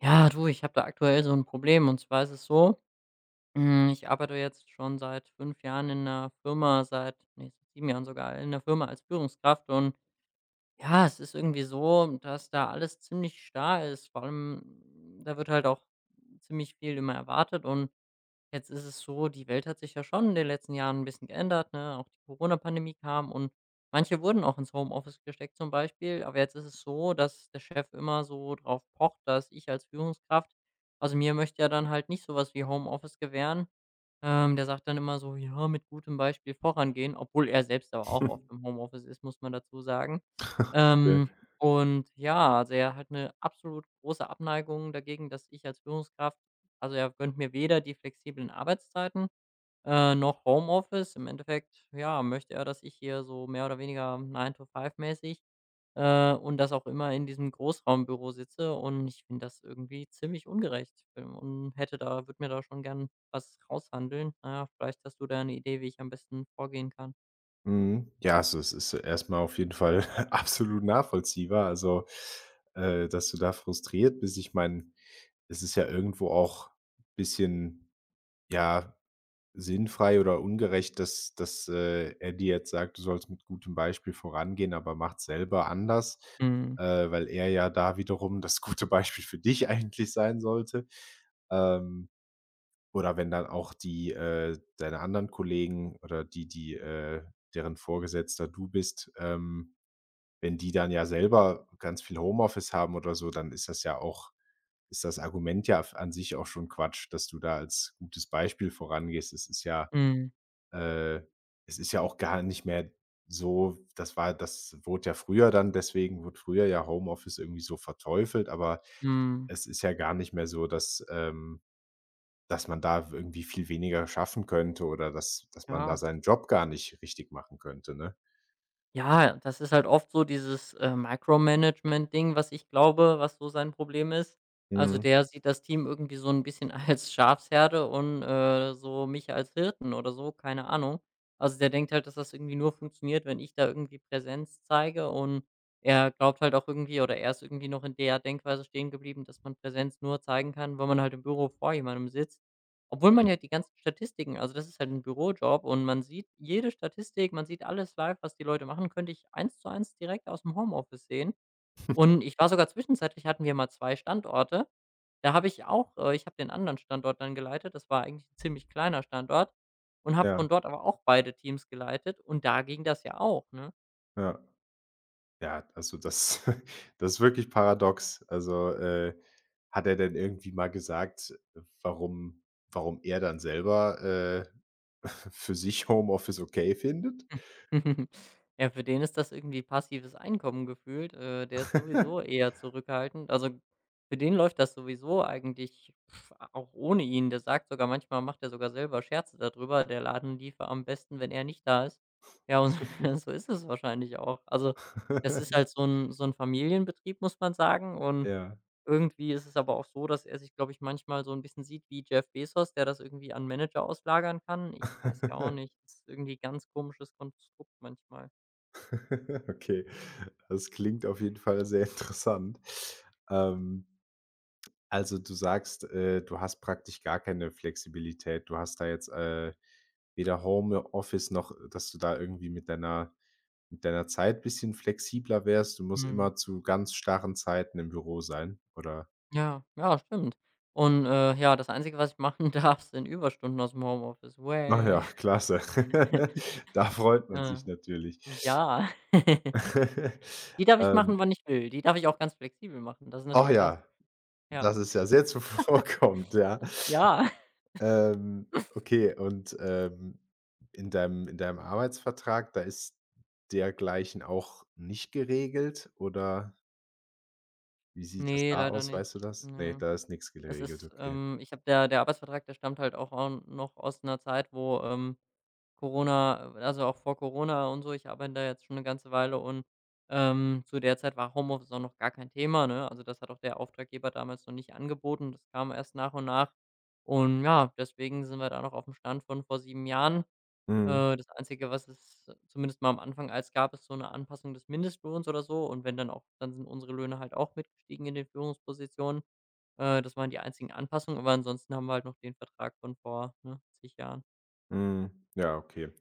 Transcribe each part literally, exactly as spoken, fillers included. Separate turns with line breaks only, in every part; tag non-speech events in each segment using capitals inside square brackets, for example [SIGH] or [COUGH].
Ja, du, ich habe da aktuell so ein Problem. Und zwar ist es so, hm, ich arbeite jetzt schon seit fünf Jahren in einer Firma, seit ne, sieben Jahren sogar in einer Firma als Führungskraft. Und ja, es ist irgendwie so, dass da alles ziemlich starr ist. Vor allem, mm, da wird halt auch ziemlich viel immer erwartet. Und jetzt ist es so, die Welt hat sich ja schon in den letzten Jahren ein bisschen geändert, ne? Auch die Corona-Pandemie kam, und manche wurden auch ins Homeoffice gesteckt, zum Beispiel. Aber jetzt ist es so, dass der Chef immer so drauf pocht, dass ich als Führungskraft, also, mir möchte ja dann halt nicht sowas wie Homeoffice gewähren. Ähm, der sagt dann immer so: „Ja, mit gutem Beispiel vorangehen“, obwohl er selbst aber auch oft im Homeoffice ist, muss man dazu sagen.
Okay.
Ähm, und ja, also, er hat 'ne absolut große Abneigung dagegen, dass ich als Führungskraft, also, er gönnt mir weder die flexiblen Arbeitszeiten, äh, noch Homeoffice. Im Endeffekt, ja, möchte er, dass ich hier so mehr oder weniger Nine to Five mäßig, äh, und dass auch immer in diesem Großraumbüro sitze, und ich finde das irgendwie ziemlich ungerecht, ähm, und hätte da, würde mir da schon gern was raushandeln. Na ja, vielleicht hast du da eine Idee, wie ich am besten vorgehen kann?
Mhm. Ja, also, es ist erstmal auf jeden Fall [LAUGHS] absolut nachvollziehbar. Also, äh, dass du da frustriert bist. Ich meine, es ist ja irgendwo auch ein bisschen, ja, sinnfrei oder ungerecht, dass dass, äh, er dir jetzt sagt, du sollst mit gutem Beispiel vorangehen, aber macht selber anders,
Mhm.
äh, weil er ja da wiederum das gute Beispiel für dich [LAUGHS] eigentlich sein sollte. Ähm Oder wenn dann auch die, äh deine anderen Kollegen oder die, die, äh deren Vorgesetzter du bist, ähm wenn die dann ja selber ganz viel Homeoffice haben oder so, dann ist das ja auch ist das Argument ja f an sich auch schon Quatsch, dass du da als gutes Beispiel vorangehst. Es ist ja,
Mhm.
äh es ist ja auch gar nicht mehr so. Das war das wurde ja früher, dann deswegen wurde früher ja Homeoffice irgendwie so verteufelt, aber
Mhm.
es ist ja gar nicht mehr so, dass, ähm dass man da irgendwie viel weniger schaffen könnte oder dass dass man da
Ja.
seinen Job gar nicht richtig machen könnte, ne?
Ja, das ist halt oft so dieses, äh, Micromanagement-Ding, was ich glaube, was so sein Problem ist. Also,
Mhm.
der sieht das Team irgendwie so ein bisschen [LAUGHS] als Schafsherde, und, äh, so mich als Hirten oder so, keine Ahnung. Also, der denkt halt, dass das irgendwie nur funktioniert, wenn ich da irgendwie Präsenz zeige, und er glaubt halt auch irgendwie, oder er ist irgendwie noch in der Denkweise stehen geblieben, dass man Präsenz nur zeigen kann, wenn man halt im Büro vor jemandem sitzt. Obwohl man
Hm.
ja die ganzen Statistiken, also, das ist halt ein Bürojob, und man sieht jede Statistik, man sieht alles live, was die Leute machen, könnte ich eins zu eins direkt aus dem Homeoffice sehen. Und ich war sogar zwischenzeitlich, hatten wir mal zwei Standorte. Da habe ich auch, äh, ich habe den anderen Standort dann geleitet. Das war eigentlich 'n ziemlich kleiner Standort, und habe
Ja,
von dort aber auch beide Teams geleitet, und da ging das ja auch, ne?
ja. Ja, also das [LAUGHS] das ist wirklich paradox. Also, äh, hat er denn irgendwie mal gesagt, warum warum er dann selber, äh, [LAUGHS] für sich Homeoffice okay findet?
[LAUGHS] Ja, für den ist das irgendwie passives Einkommen gefühlt. Äh, der ist sowieso eher zurückhaltend. Also, für den läuft das sowieso eigentlich, pf, auch ohne ihn. Der sagt sogar manchmal, macht er sogar selber Scherze darüber, der Laden liefe am besten, wenn er nicht da ist. Ja, und
[LAUGHS]
[LAUGHS] so ist es wahrscheinlich auch. Also, das ist halt so ein so ein Familienbetrieb, muss man sagen, und
Ja.
irgendwie ist es aber auch so, dass er sich, glaube ich, manchmal so ein bisschen sieht wie Jeff Bezos, der das irgendwie an Manager auslagern kann. Ich weiß ja auch nicht,
[LAUGHS]
das ist irgendwie ganz komisches Konstrukt manchmal.
Okay, das klingt auf jeden Fall sehr interessant. Ähm Also, du sagst, äh, du hast praktisch gar keine Flexibilität. Du hast da jetzt, äh, weder Homeoffice noch, dass du da irgendwie mit deiner mit deiner Zeit bisschen flexibler wärst. Du musst
Mhm.
immer zu ganz starren Zeiten im Büro sein, oder?
Ja, ja, stimmt. Und, äh, ja, das Einzige, was ich machen [LAUGHS] darf, sind Überstunden aus dem Homeoffice. Wäh.
Naja, klasse.
[LAUGHS]
[LAUGHS] Da freut man
Äh,
sich natürlich.
ja. [LAUGHS]
[LAUGHS]
Die darf ich machen,
Ähm,
wann ich will. Die darf ich auch ganz flexibel machen. Das ist
ach
natürlich ganz,
ja,
ja.
das ist ja sehr [LAUGHS] zuvorkommend, ja.
Ja. [LAUGHS]
Ähm, okay und, ähm, in deinem in deinem Arbeitsvertrag, da ist dergleichen auch nicht geregelt, oder wie sieht das
Ne,
da
leider
aus, weißt du
nicht.
das? Nee,
Ne.
da ist nichts
Es
geregelt,
ist
okay.
ähm, ich habe, der der Arbeitsvertrag, der stammt halt auch au noch aus einer Zeit, wo, ähm, Corona, äh, also, auch vor Corona und so, ich arbeite da jetzt schon eine ganze Weile, und, ähm, zu der Zeit war Homeoffice auch noch gar kein Thema, ne? Also, das hat auch der Auftraggeber damals noch nicht angeboten. Das kam erst nach und nach. Und ja, deswegen sind wir da noch auf dem Stand von vor sieben Jahren.
Mhm,
Äh, das Einzige, was es, äh, zumindest mal am Anfang als gab, ist so eine Anpassung des Mindestlohns oder so, und wenn dann auch, dann sind unsere Löhne halt auch mitgestiegen in den Führungspositionen. Äh, das waren die einzigen Anpassungen, aber ansonsten haben wir halt noch den Vertrag von vor, ne, zig Jahren.
mhm. Ja, okay.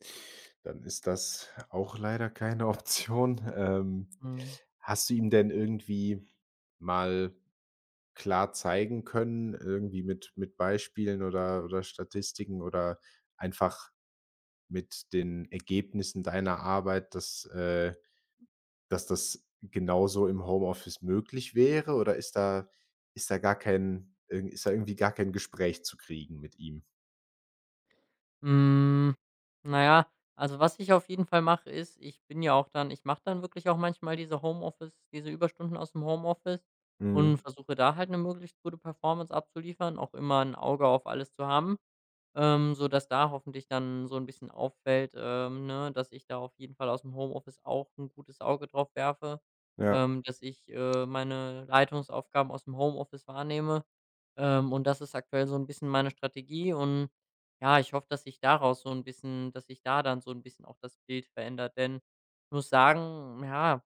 Dann ist das auch leider keine [LAUGHS] Option. Ähm,
Mhm.
hast du ihm denn irgendwie mal klar zeigen können, irgendwie mit mit Beispielen oder oder Statistiken oder einfach mit den Ergebnissen deiner Arbeit, dass äh, dass das genauso im Homeoffice möglich wäre, oder ist da ist da gar kein irg ist da irgendwie gar kein Gespräch zu kriegen mit ihm?
Hm, na ja, also, was ich auf jeden Fall mache, ist, ich bin ja auch dann, ich mache dann wirklich auch manchmal diese Homeoffice, diese Überstunden aus dem Homeoffice,
Mhm.
und versuche da halt eine möglichst gute Performance abzuliefern, auch immer ein Auge auf alles zu haben. Ähm, so dass da hoffentlich dann so ein bisschen auffällt, ähm, ne, dass ich da auf jeden Fall aus dem Homeoffice auch ein gutes Auge drauf werfe,
Ja,
ähm, dass ich, äh, meine Leitungsaufgaben aus dem Homeoffice wahrnehme. Ähm, und das ist aktuell so ein bisschen meine Strategie, und ja, ich hoffe, dass sich daraus so ein bisschen, dass sich da dann so ein bisschen auch das Bild verändert, denn ich muss sagen, ja,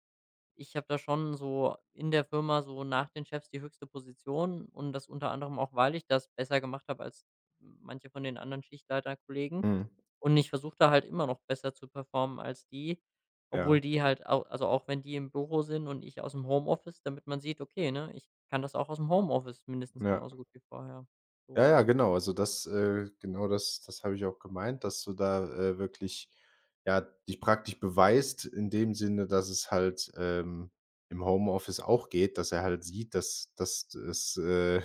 ich habe da schon so in der Firma so nach den Chefs die höchste Position, und das unter anderem auch, weil ich das besser gemacht habe als manche von den anderen Schichtleiterkollegen.
mhm.
Und ich versuche da halt immer noch besser zu performen als die, obwohl
Ja,
die halt au, also auch wenn die im Büro sind und ich aus dem Homeoffice, damit man sieht, okay, ne, ich kann das auch aus dem Homeoffice mindestens
ja.
genauso gut wie vorher.
Ja,
So.
ja, genau. Also, das äh, genau das das habe ich auch gemeint, dass du da, äh, wirklich, ja, dich praktisch beweist in dem Sinne, dass es halt, ähm, im Homeoffice auch geht, dass er halt sieht, dass dass es, äh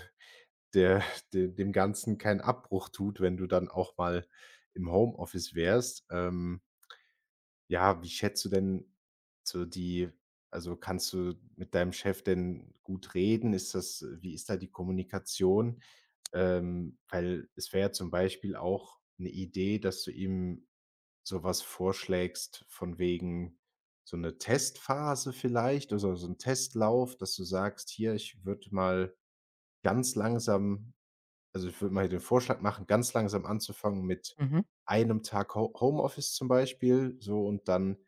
der de dem Ganzen keinen Abbruch tut, wenn du dann auch mal im Homeoffice wärst. Ähm, ja, wie schätzt du denn so die, also, kannst du mit deinem Chef denn gut reden? Ist das, wie ist da die Kommunikation? Ähm, weil es wäre ja zum Beispiel auch eine Idee, dass du ihm sowas vorschlägst, von wegen so eine Testphase vielleicht oder so ein Testlauf, dass du sagst: „Hier, ich würde mal ganz langsam, also, ich würde mal den Vorschlag machen, ganz langsam anzufangen mit
Mhm,
einem Tag Ho Homeoffice zum Beispiel, so, und dann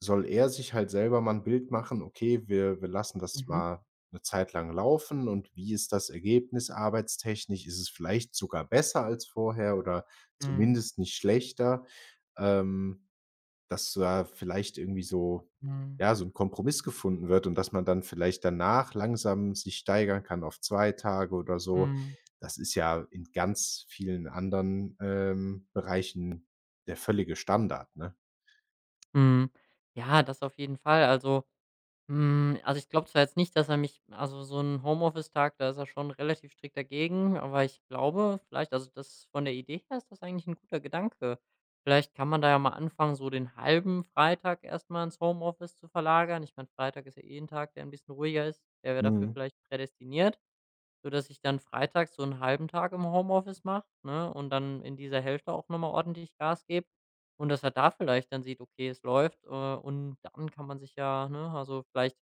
soll er sich halt selber mal ein Bild machen: „Okay, wir wir lassen das
mhm.
mal eine Zeit lang laufen, und wie ist das Ergebnis arbeitstechnisch? Ist es vielleicht sogar besser als vorher oder
Mhm,
zumindest nicht schlechter?“ Ähm. Dass da vielleicht irgendwie so,
mhm,
ja, so ein Kompromiss gefunden wird und dass man dann vielleicht danach langsam sich steigern kann auf zwei Tage oder so.
mhm.
Das ist ja in ganz vielen anderen, ähm, Bereichen der völlige Standard, ne?
Mhm. Ja, das auf jeden Fall. Also, Hm, also, ich glaube zwar jetzt nicht, dass er mich, also, so ein Homeoffice-Tag, da ist er schon relativ strikt dagegen, aber ich glaube vielleicht, also, das von der Idee her ist das eigentlich ein guter Gedanke. Vielleicht kann man da ja mal anfangen, so den halben Freitag erstmal ins Homeoffice zu verlagern. Ich meine, Freitag ist ja eh ein Tag, der ein bisschen ruhiger ist. Der wäre dafür
Mhm,
vielleicht prädestiniert, sodass ich dann freitags so einen halben Tag im Homeoffice mache, ne, und dann in dieser Hälfte auch noch mal ordentlich Gas gebe, und dass er da vielleicht dann sieht: „Okay, es läuft“, äh, und dann kann man sich ja, ne, also, vielleicht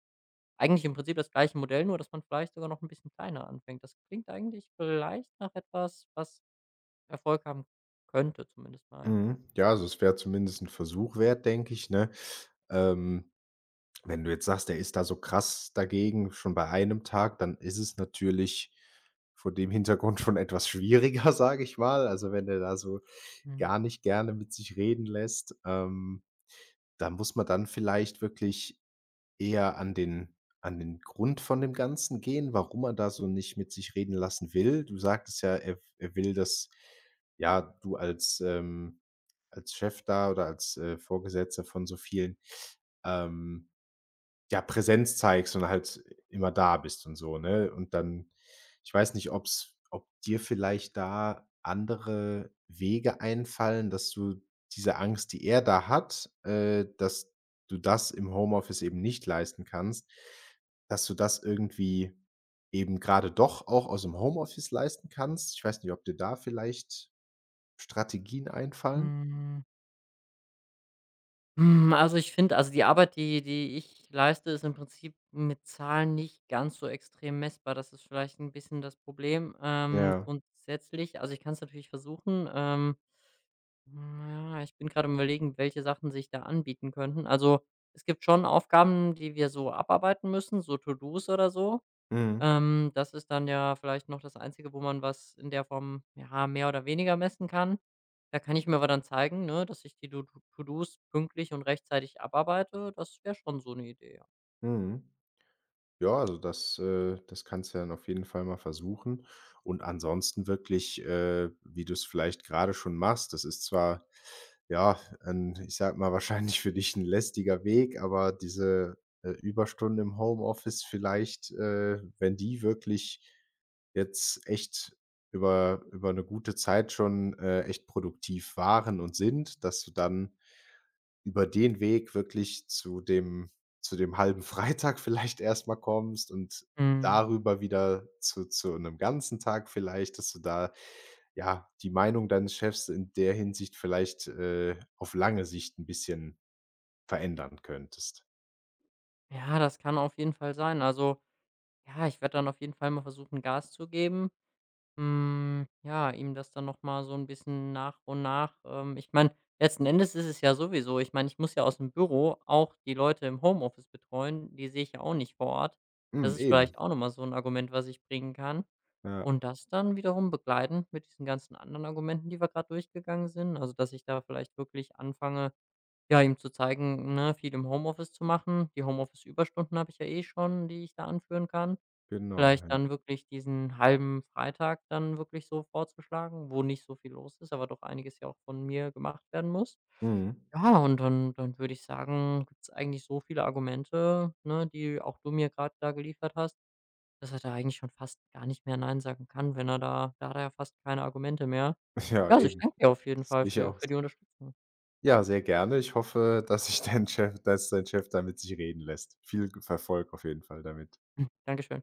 eigentlich im Prinzip das gleiche Modell, nur dass man vielleicht sogar noch ein bisschen kleiner anfängt. Das klingt eigentlich vielleicht nach etwas, was Erfolg haben könnte, zumindest mal, ja.
mhm. Ja, also es wäre zumindest ein Versuch wert, denke ich, ne? Ähm Wenn du jetzt sagst, der ist da so krass dagegen, schon bei einem Tag, dann ist es natürlich vor dem Hintergrund [LAUGHS] schon etwas schwieriger, [LAUGHS] sage ich mal. Also, wenn der da so
Mhm.
gar nicht gerne mit sich reden lässt, ähm, da muss man dann vielleicht wirklich eher an den an den Grund von dem Ganzen gehen, warum er da so nicht mit sich reden lassen will. Du sagtest ja, er er will, dass, ja, du als, ähm als Chef da oder als, äh, Vorgesetzter von so vielen, ähm, ja, Präsenz zeigst und halt immer da bist und so, ne? Und dann, ich weiß nicht, ob's, ob dir vielleicht da andere Wege einfallen, dass du diese Angst, die er da hat, äh, dass du das im Homeoffice eben nicht leisten kannst, dass du das irgendwie eben gerade doch auch aus dem Homeoffice leisten kannst? Ich weiß nicht, ob dir da vielleicht Strategien einfallen?
Hm, hm, also, ich finde, also, die Arbeit, die die ich leiste, ist im Prinzip mit Zahlen nicht ganz so extrem messbar. Das ist vielleicht ein bisschen das Problem. Ähm,
Ja.
grundsätzlich, also, ich kann es natürlich versuchen. Ähm, hm, ja, ich bin gerade am Überlegen, welche Sachen sich da anbieten könnten. Also, es gibt schon Aufgaben, die wir so abarbeiten müssen, so To-dos oder so.
Mhm.
Ähm, das ist dann ja vielleicht noch das Einzige, wo man was in der Form, ja, mehr oder weniger messen kann. Da kann ich mir aber dann zeigen, ne, dass ich die To To dos pünktlich und rechtzeitig abarbeite. Das wäre schon so eine Idee, ja.
Mhm. Ja, also das äh, das kannst du dann auf jeden Fall mal versuchen. Und ansonsten wirklich, äh, wie du es vielleicht gerade schon machst, das ist zwar, ja, ein, ich sag mal, [LAUGHS] wahrscheinlich für dich ein lästiger Weg, aber diese, äh, Überstunden im Homeoffice vielleicht, äh, wenn die wirklich jetzt echt über über eine gute Zeit schon, äh, echt produktiv waren und sind, dass du dann über den Weg wirklich zu dem zu dem halben Freitag [LAUGHS] vielleicht erstmal kommst und
Mhm.
darüber wieder zu zu einem ganzen Tag vielleicht, dass du da, ja, die Meinung deines Chefs in der Hinsicht vielleicht, äh, auf lange Sicht ein bisschen verändern könntest.
Ja, das kann auf jeden Fall sein. Also, ja, ich werde dann auf jeden Fall mal versuchen, Gas zu geben. Hm, ja, ihm das dann noch mal so ein bisschen nach und nach, ähm, ich meine, letzten Endes ist es ja sowieso, ich meine, ich muss ja aus dem Büro auch die Leute im Homeoffice betreuen, die sehe ich ja auch nicht vor Ort. Das
Mhm,
ist vielleicht
eben.
auch noch mal so ein Argument, was ich bringen kann.
Ja,
Und das dann wiederum begleitend mit diesen ganzen anderen Argumenten, die wir gerade durchgegangen sind. Also, dass ich da vielleicht wirklich anfange, ja, ihm zu zeigen, ne, viel im Homeoffice zu machen. Die Homeoffice-Überstunden habe ich ja eh schon, die ich da anführen kann.
genau,
Vielleicht
ja.
dann wirklich diesen halben Freitag dann wirklich so vorzuschlagen, wo nicht so viel los ist, aber doch einiges ja auch von mir gemacht werden muss.
Mhm.
Ja, und dann dann würde ich sagen, gibt's eigentlich so viele Argumente, ne, die auch du mir gerade da geliefert hast, dass er da eigentlich schon fast gar nicht mehr nein sagen kann, wenn er da da hat er ja fast keine Argumente mehr.
[LAUGHS] Ja,
Ja, also ich
eben.
danke dir auf jeden
Das
Fall
sehe ich
für
auch
für die
so.
Unterstützung.
Ja, sehr gerne. Ich hoffe, dass sich dein Chef, dass dein Chef damit sich reden lässt. Viel Erfolg auf jeden Fall damit.
[CLEARS THROAT] Dankeschön.